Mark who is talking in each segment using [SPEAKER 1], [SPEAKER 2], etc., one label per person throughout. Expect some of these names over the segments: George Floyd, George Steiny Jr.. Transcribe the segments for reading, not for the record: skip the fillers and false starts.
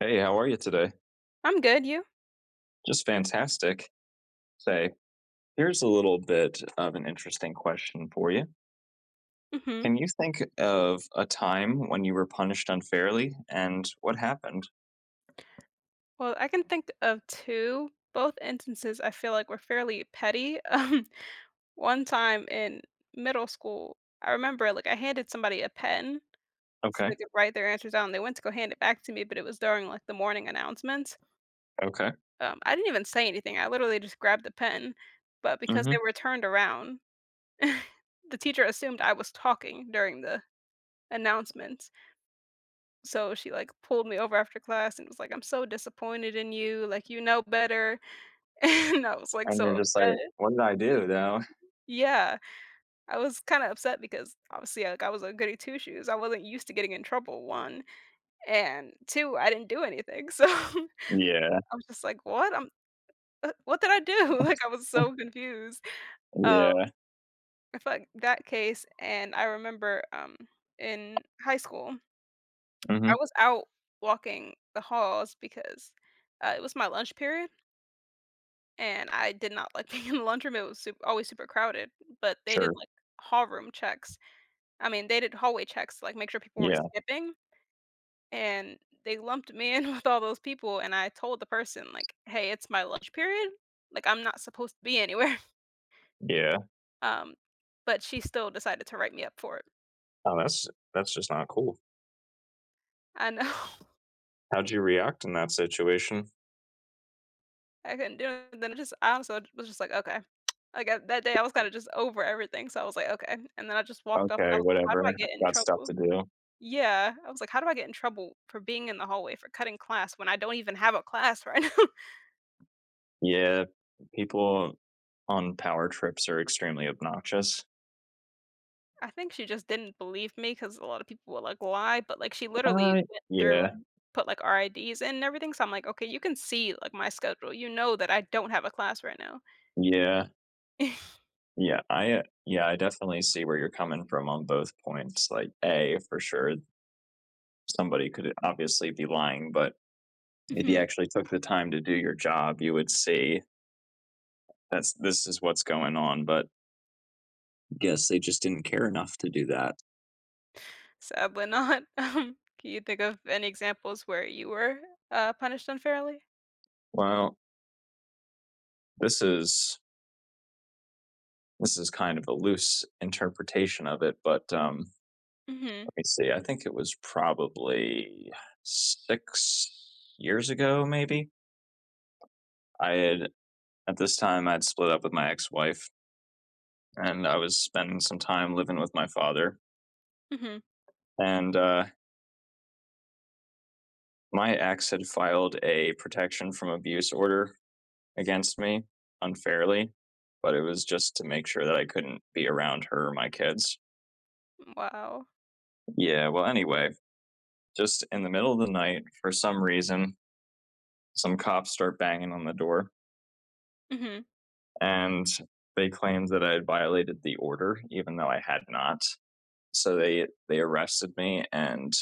[SPEAKER 1] Hey, how are you today?
[SPEAKER 2] I'm good, you?
[SPEAKER 1] Just fantastic. Say, here's a little bit of an interesting question for you.
[SPEAKER 2] Mhm.
[SPEAKER 1] Can you think of a time when you were punished unfairly and what happened?
[SPEAKER 2] Well, I can think of 2. Both instances, I feel like, were fairly petty. Um, One time in middle school, I remember, like, I handed somebody a pen so they
[SPEAKER 1] Okay,
[SPEAKER 2] could write their answers down. They went to go hand it back to me, but it was during, like, the morning announcements.
[SPEAKER 1] okay.
[SPEAKER 2] I didn't even say anything. I literally just grabbed the pen, but because they
[SPEAKER 1] hmm
[SPEAKER 2] were turned around, the teacher assumed I was talking during the announcements. So she, like, pulled me over after class and was like, "I'm so disappointed in you, like, you know better." And I was, like,
[SPEAKER 1] And
[SPEAKER 2] so
[SPEAKER 1] you're just like,
[SPEAKER 2] upset.
[SPEAKER 1] what did I do though?
[SPEAKER 2] Yeah. I was kinda upset because, obviously, like, I was a goody two-shoes. I wasn't used to getting in trouble, 1, and 2, I didn't do anything. So, I
[SPEAKER 1] Yeah,
[SPEAKER 2] was just like, "What? What did I do?" Like, I was so confused. Uh,
[SPEAKER 1] yeah.
[SPEAKER 2] I felt like that case and I remember, in high school, I
[SPEAKER 1] hmm
[SPEAKER 2] was out walking the halls because, it was my lunch period, and I did not like being in the lunchroom. It was sup always super crowded, but they did,
[SPEAKER 1] Sure.
[SPEAKER 2] like, hall room checks I mean, they did hallway checks to, like, make sure people weren't
[SPEAKER 1] Yeah,
[SPEAKER 2] skipping, and they lumped me in with all those people, and I told the person, like, "Hey, it's my lunch period, like, I'm not supposed to be anywhere,"
[SPEAKER 1] yeah.
[SPEAKER 2] um, but she still decided to write me up for it.
[SPEAKER 1] Oh, that's just not cool.
[SPEAKER 2] I know.
[SPEAKER 1] How'd you react in that situation?
[SPEAKER 2] I couldn't do it, then I just I also was just like, "Okay." Like, I that day, I was kinda just over everything, so I was like, "Okay," and then I just walked off, and
[SPEAKER 1] Okay,
[SPEAKER 2] I was like, "How do I
[SPEAKER 1] whatever.
[SPEAKER 2] get in
[SPEAKER 1] Got stuff
[SPEAKER 2] trouble?"
[SPEAKER 1] to do.
[SPEAKER 2] Yeah, I was like, "How do I get in trouble for being in the hallway, for cutting class when I don't even have a class right now?"
[SPEAKER 1] Yeah, people on power trips are extremely obnoxious.
[SPEAKER 2] I think she just didn't believe me because a lot of people will, like, lie, but, like, she literally
[SPEAKER 1] Uh,
[SPEAKER 2] went through
[SPEAKER 1] yeah,
[SPEAKER 2] and put, like, RIDs in and everything, so I'm like, "Okay, you can see, like, my schedule. You know that I don't have a class right now."
[SPEAKER 1] yeah, yeah. I yeah, I definitely see where you're coming from on both points. Like, a for sure, somebody could obviously be lying, but if you
[SPEAKER 2] Mhm.
[SPEAKER 1] actually took the time to do your job, you would see that's this is what's going on. But yes, they just didn't care enough to do that.
[SPEAKER 2] Sadly not. Can you think of any examples where you were, punished unfairly?
[SPEAKER 1] Well, this is this is kind of a loose interpretation of it, but let
[SPEAKER 2] Mhm.
[SPEAKER 1] me see. I think it was probably 6 years ago, maybe. I had At this time, I'd split up with my ex wife and I was spending some time living with my father.
[SPEAKER 2] Mhm.
[SPEAKER 1] And my ex had filed a protection from abuse order against me unfairly, but it was just to make sure that I couldn't be around her or my kids.
[SPEAKER 2] Wow.
[SPEAKER 1] Yeah, well, anyway, just in the middle of the night, for some reason, some cops start banging on the door
[SPEAKER 2] Mhm.
[SPEAKER 1] and they claimed that I had violated the order, even though I had not. So they arrested me and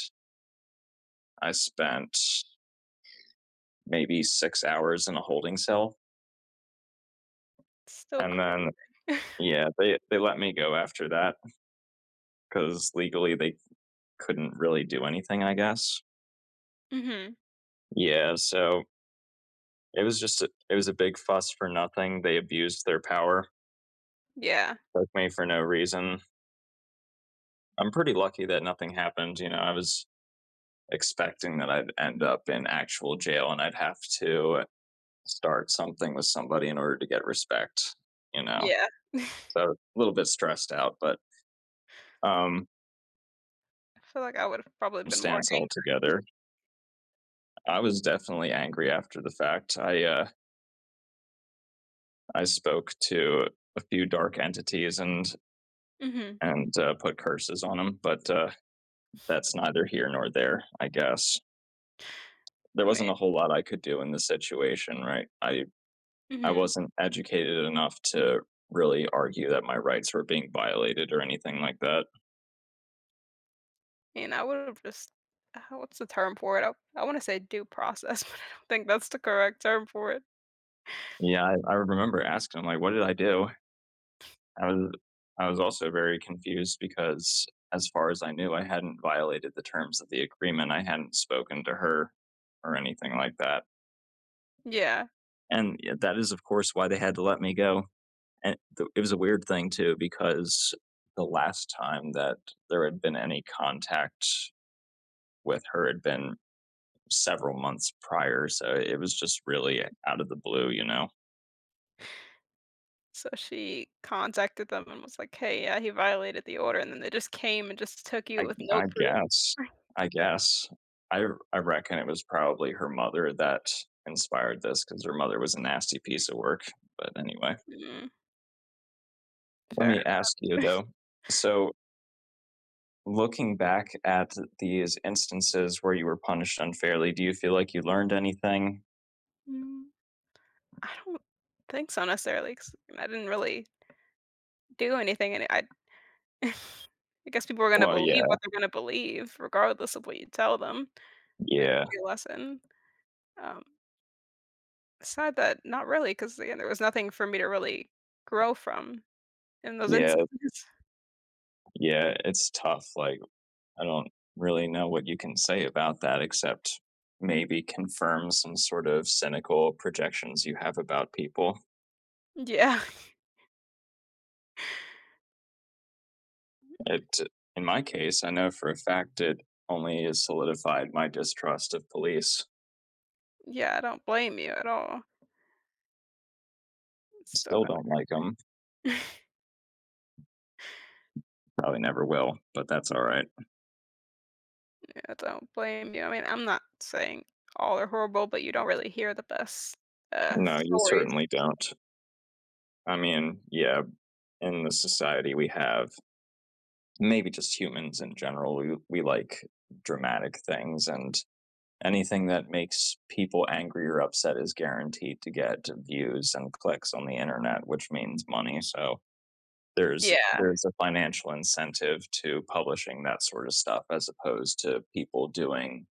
[SPEAKER 1] I spent maybe 6 hours in a holding cell.
[SPEAKER 2] Still
[SPEAKER 1] And
[SPEAKER 2] cra
[SPEAKER 1] then,
[SPEAKER 2] Mhm.
[SPEAKER 1] yeah, they let me go after that because legally they couldn't really do anything, I guess. Yeah, so it was just, it was a big fuss for nothing. They abused their power,
[SPEAKER 2] Yeah.
[SPEAKER 1] took me for no reason. I'm pretty lucky that nothing happened. You know, I was expecting that I'd end up in actual jail and I'd have to start something with somebody in order to get respect, you know.
[SPEAKER 2] Yeah.
[SPEAKER 1] So a little bit stressed out, but um
[SPEAKER 2] I feel like I would've probably been more
[SPEAKER 1] stands all
[SPEAKER 2] angry.
[SPEAKER 1] together. I was definitely angry after the fact. I spoke to a few dark entities and
[SPEAKER 2] Mhm.
[SPEAKER 1] put curses on them, but that's neither here nor there. I guess
[SPEAKER 2] I
[SPEAKER 1] there
[SPEAKER 2] mean
[SPEAKER 1] wasn't a whole lot I could do in this situation, right? I
[SPEAKER 2] mhm.
[SPEAKER 1] wasn't educated enough to really argue that my rights were being violated or anything like that.
[SPEAKER 2] And I would've just what's the term for it? I wanna say due process, but I don't think that's the correct term for it.
[SPEAKER 1] Yeah, I remember asking him like, "What did I do?" I was I was also very confused because as far as I knew, I hadn't violated the terms of the agreement. I hadn't spoken to her or anything like that.
[SPEAKER 2] Yeah.
[SPEAKER 1] And yeah, that is of course why they had to let me go. And it was a weird thing too because the last time that there had been any contact with her had been several months prior, so it was just really out of the blue, you know.
[SPEAKER 2] So she contacted them and was like, "Hey, yeah, he violated the order," and then they just came and just took you with no
[SPEAKER 1] I
[SPEAKER 2] proof.
[SPEAKER 1] guess. I guess. I reckon it was probably her mother that inspired this because her mother was a nasty piece of work. But anyway,
[SPEAKER 2] Mm,
[SPEAKER 1] let
[SPEAKER 2] fair.
[SPEAKER 1] me ask you though. So, looking back at these instances where you were punished unfairly, do you feel like you learned anything?
[SPEAKER 2] Mm, I don't think so necessarily 'cause I didn't really do anything, and I I guess people are gonna
[SPEAKER 1] Well,
[SPEAKER 2] believe
[SPEAKER 1] yeah,
[SPEAKER 2] what they're gonna believe regardless of what you tell them. That
[SPEAKER 1] yeah,
[SPEAKER 2] could be a lesson, um Sad that not really, because again, there was nothing for me to really grow from in those
[SPEAKER 1] yeah,
[SPEAKER 2] instances.
[SPEAKER 1] yeah. It's tough. Like, I don't really know what you can say about that except maybe confirm some sort of cynical projections you have about people.
[SPEAKER 2] Yeah.
[SPEAKER 1] It, in my case, I know for a fact it only has solidified my distrust of police.
[SPEAKER 2] Yeah, I don't blame you at all. It's still
[SPEAKER 1] Still
[SPEAKER 2] kinda
[SPEAKER 1] don't like them. Probably never will, but that's all right.
[SPEAKER 2] I don't blame you. I mean, I'm not saying all are horrible, but you don't really hear the best,
[SPEAKER 1] No, you
[SPEAKER 2] stories.
[SPEAKER 1] certainly don't. I mean, yeah, in the society we have, maybe just humans in general, we like dramatic things, and anything that makes people angry or upset is guaranteed to get views and clicks on the internet, which means money. So there's
[SPEAKER 2] Yeah,
[SPEAKER 1] there's a financial incentive to publishing that sort of stuff as opposed to people doing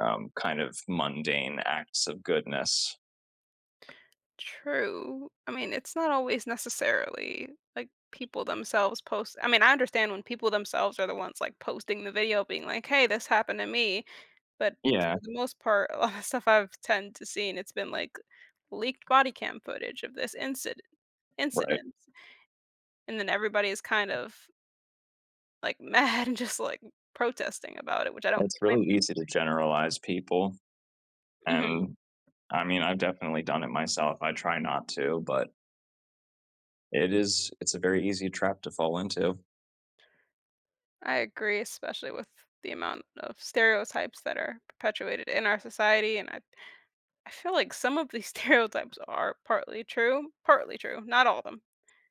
[SPEAKER 1] kind of mundane acts of goodness.
[SPEAKER 2] true. I mean, it's not always necessarily, like, people themselves post I mean, I understand when people themselves are the ones, like, posting the video being like, "Hey, this happened to me." But for
[SPEAKER 1] Yeah,
[SPEAKER 2] the most part, a lot of stuff I've tend to seen, it's been, like, leaked body cam footage of this
[SPEAKER 1] right.
[SPEAKER 2] incident, and then everybody is kind of, like, mad and just, like, protesting about it, which I don't
[SPEAKER 1] It's
[SPEAKER 2] blame
[SPEAKER 1] really easy to generalize people,
[SPEAKER 2] 'em. Mhm.
[SPEAKER 1] and I mean, I've definitely done it myself. I try not to, but it's a very easy trap to fall into.
[SPEAKER 2] I agree, especially with the amount of stereotypes that are perpetuated in our society, and I feel like some of these stereotypes are partly true, not all of them.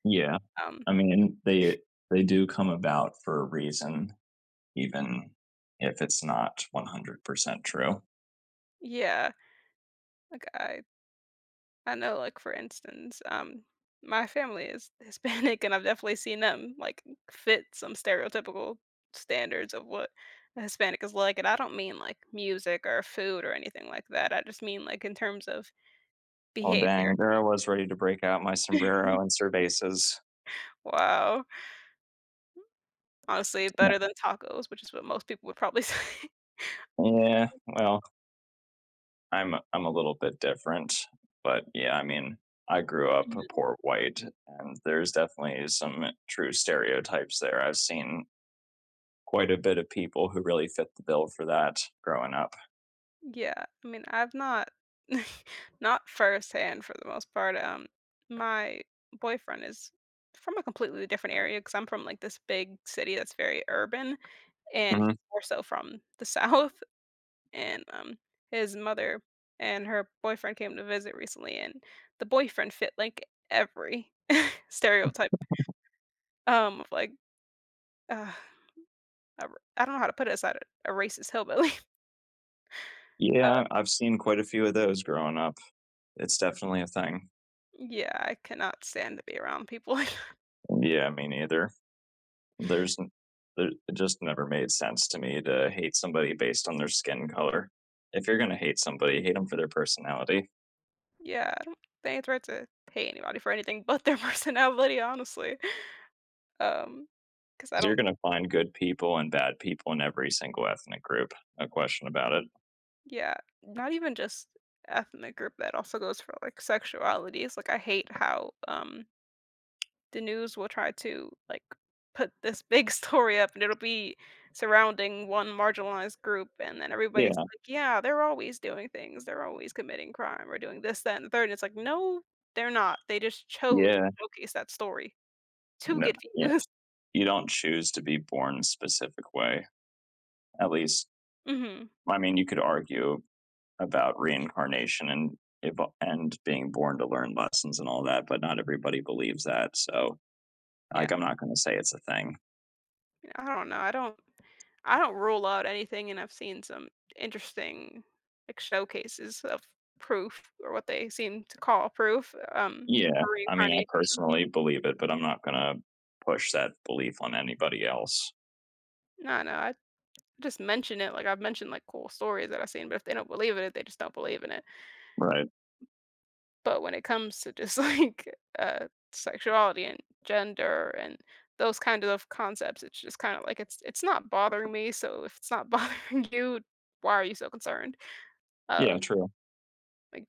[SPEAKER 1] Yeah,
[SPEAKER 2] Um,
[SPEAKER 1] I mean they do come about for a reason, even if it's not 100% true.
[SPEAKER 2] yeah, like, I know, like, for instance, my family is Hispanic, and I've definitely seen them, like, fit some stereotypical standards of what a Hispanic is like, and I don't mean, like, music or food or anything like that, I just mean, like, in terms of
[SPEAKER 1] Oh,
[SPEAKER 2] behavior.
[SPEAKER 1] dang. There I was ready to break out my sombrero and cervezas.
[SPEAKER 2] Wow. Honestly, better than tacos, which is what most people would probably say.
[SPEAKER 1] Yeah, well, I'm a little bit different, but yeah, I mean, I grew up a poor white, and there's definitely some true stereotypes there. I've seen quite a bit of people who really fit the bill for that growing up.
[SPEAKER 2] Yeah, I mean, I've not not firsthand for the most part. My boyfriend is from a completely different area because I'm from like this big city that's very urban, and he's
[SPEAKER 1] Mhm.
[SPEAKER 2] more so from the south. And his mother and her boyfriend came to visit recently, and the boyfriend fit like every stereotype of like uh, I I don't know how to put it aside a racist hillbilly. Uh,
[SPEAKER 1] Yeah, I've seen quite a few of those growing up. It's definitely a thing.
[SPEAKER 2] yeah, I cannot stand to be around people
[SPEAKER 1] Yeah, me neither. There's there, it just never made sense to me to hate somebody based on their skin color. If you're going to hate somebody, hate them for their personality. 'Cause
[SPEAKER 2] Yeah, I don't think it's right to pay anybody for anything but their personality, honestly. Um, because I
[SPEAKER 1] you're
[SPEAKER 2] don't
[SPEAKER 1] going to find good people and bad people in every single ethnic group. No question about it.
[SPEAKER 2] yeah, not even just ethnic group, that also goes for, like, sexuality. It's like, I hate how, the news will try to, like, put this big story up, and it'll be surrounding one marginalized group, and then everybody's
[SPEAKER 1] Yeah.
[SPEAKER 2] like, "Yeah, they're always doing things. They're always committing crime or doing this, that, and the third," and it's like, "No, they're not. They just chose to
[SPEAKER 1] Yeah.
[SPEAKER 2] showcase that story to
[SPEAKER 1] No,
[SPEAKER 2] get
[SPEAKER 1] yeah.
[SPEAKER 2] views."
[SPEAKER 1] You don't choose to be born a specific way. At least,
[SPEAKER 2] Mhm.
[SPEAKER 1] I mean, you could argue about reincarnation and being born to learn lessons and all that, but not everybody believes that. So, like,
[SPEAKER 2] Yeah.
[SPEAKER 1] I'm not going to say it's a thing.
[SPEAKER 2] I don't know. I don't rule out anything, and I've seen some interesting like showcases of proof or what they seem to call proof
[SPEAKER 1] Yeah,
[SPEAKER 2] for
[SPEAKER 1] I mean, I
[SPEAKER 2] reincarnation.
[SPEAKER 1] personally believe it, but I'm not gonna push that belief on anybody else.
[SPEAKER 2] No, no, I just mention it. Like I've mentioned like cool stories that I've seen, but if they don't believe in it, they just don't believe in it.
[SPEAKER 1] Right.
[SPEAKER 2] But when it comes to just like sexuality and gender and those kind of concepts, it's just kind of like it's not bothering me. So if it's not bothering you, why are you so concerned? Um
[SPEAKER 1] Yeah, true.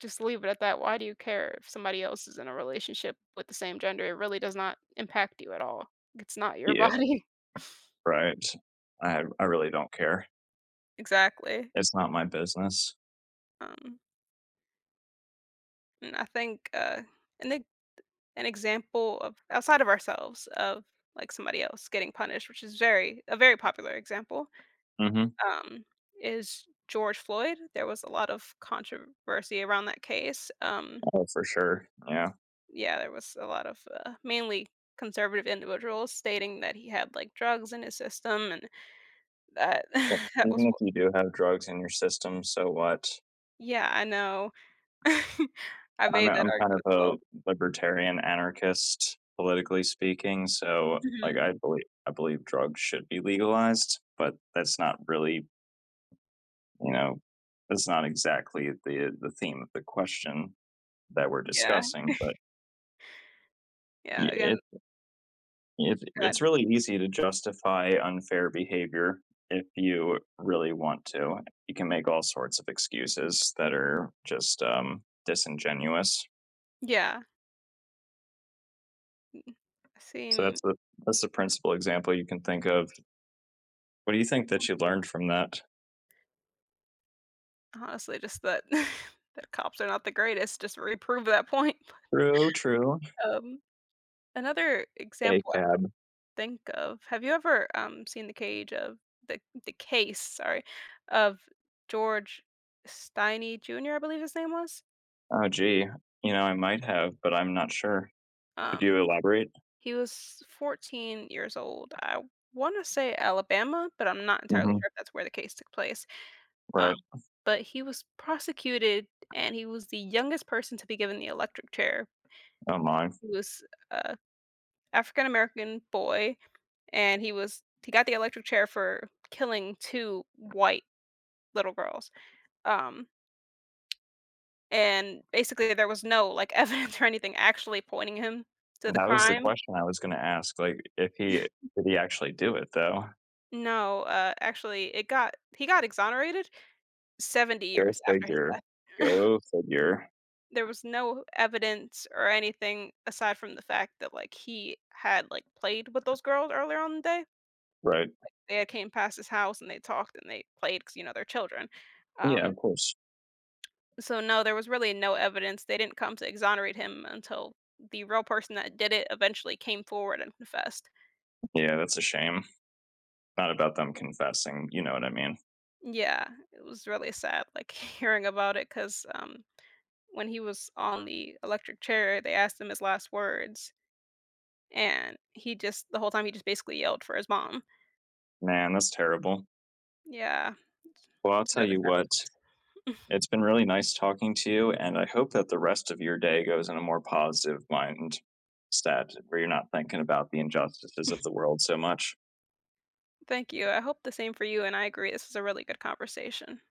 [SPEAKER 2] Just leave it at that. Why do you care if somebody else is in a relationship with the same gender? It really does not impact you at all. It's not your
[SPEAKER 1] Yeah,
[SPEAKER 2] body.
[SPEAKER 1] right. I really don't care.
[SPEAKER 2] Exactly.
[SPEAKER 1] It's not my business.
[SPEAKER 2] Um, and I think an e- an example of outside of ourselves of like somebody else getting punished, which is very a very popular example,
[SPEAKER 1] Mhm.
[SPEAKER 2] um, is George Floyd. There was a lot of controversy around that case.
[SPEAKER 1] Oh, for sure. Yeah.
[SPEAKER 2] Yeah, there was a lot of mainly conservative individuals stating that he had like drugs in his system and That
[SPEAKER 1] Well,
[SPEAKER 2] that was
[SPEAKER 1] even if
[SPEAKER 2] what
[SPEAKER 1] you do have drugs in your system, so what?
[SPEAKER 2] yeah, I know. I made that
[SPEAKER 1] I'm kind
[SPEAKER 2] argument
[SPEAKER 1] of
[SPEAKER 2] as
[SPEAKER 1] a
[SPEAKER 2] well.
[SPEAKER 1] libertarian anarchist, politically speaking, so, like,
[SPEAKER 2] Mhm.
[SPEAKER 1] I believe drugs should be legalized, but that's not really you know, that's not exactly the theme of the question that we're
[SPEAKER 2] Yeah,
[SPEAKER 1] discussing, but
[SPEAKER 2] yeah, again,
[SPEAKER 1] it, it
[SPEAKER 2] God.
[SPEAKER 1] it's really easy to justify unfair behavior if you really want to. You can make all sorts of excuses that are just disingenuous.
[SPEAKER 2] Yeah, mhm. I've
[SPEAKER 1] So
[SPEAKER 2] seen,
[SPEAKER 1] that's the principal example you can think of. What do you think that you learned from that?
[SPEAKER 2] honestly, just that that cops are not the greatest, just reprove that point.
[SPEAKER 1] True, true.
[SPEAKER 2] Um, Another
[SPEAKER 1] A
[SPEAKER 2] example I could
[SPEAKER 1] cab.
[SPEAKER 2] think of, have you ever, seen the cage of the case, sorry, of George Steiny Jr., I believe his name was?
[SPEAKER 1] Oh, gee. You know, I might have, but I'm not sure. Could
[SPEAKER 2] Um
[SPEAKER 1] you elaborate?
[SPEAKER 2] He was 14 years old. I wanna say Alabama, but I'm not entirely
[SPEAKER 1] Mm-hmm.
[SPEAKER 2] sure if that's where the case took place. Um,
[SPEAKER 1] Right.
[SPEAKER 2] but he was prosecuted, and he was the youngest person to be given the electric chair.
[SPEAKER 1] Oh my.
[SPEAKER 2] He was a African American boy, and he got the electric chair for killing 2 white little girls. Um, and basically there was no, like, evidence or anything actually pointing him to the
[SPEAKER 1] That was the
[SPEAKER 2] crime.
[SPEAKER 1] question I was gonna ask, like, if he did he actually do it though?
[SPEAKER 2] No, actually, it got he got exonerated, 70
[SPEAKER 1] Go
[SPEAKER 2] years after his
[SPEAKER 1] figure.
[SPEAKER 2] death.
[SPEAKER 1] Go figure.
[SPEAKER 2] There was no evidence or anything aside from the fact that, like, he had, like, played with those girls earlier on in the day.
[SPEAKER 1] Right.
[SPEAKER 2] They had came past his house and they talked and they played because you know, they're children.
[SPEAKER 1] Yeah,
[SPEAKER 2] Um,
[SPEAKER 1] of course.
[SPEAKER 2] so no, there was really no evidence. They didn't come to exonerate him until the real person that did it eventually came forward and confessed.
[SPEAKER 1] Yeah, that's a shame. Not about them confessing, you know what I mean.
[SPEAKER 2] Yeah, it was really sad, like, hearing about it 'cause, when he was on the electric chair, they asked him his last words And he just the whole time, he just basically yelled for his mom.
[SPEAKER 1] Man, that's terrible.
[SPEAKER 2] Yeah,
[SPEAKER 1] Well, I'll
[SPEAKER 2] it's
[SPEAKER 1] tell
[SPEAKER 2] really
[SPEAKER 1] you what,
[SPEAKER 2] sad
[SPEAKER 1] it's been really nice talking to you, and I hope that the rest of your day goes in a more positive mindset where you're not thinking about the injustices of the world so much.
[SPEAKER 2] Thank you, I hope the same for you, and I agree, this was a really good conversation.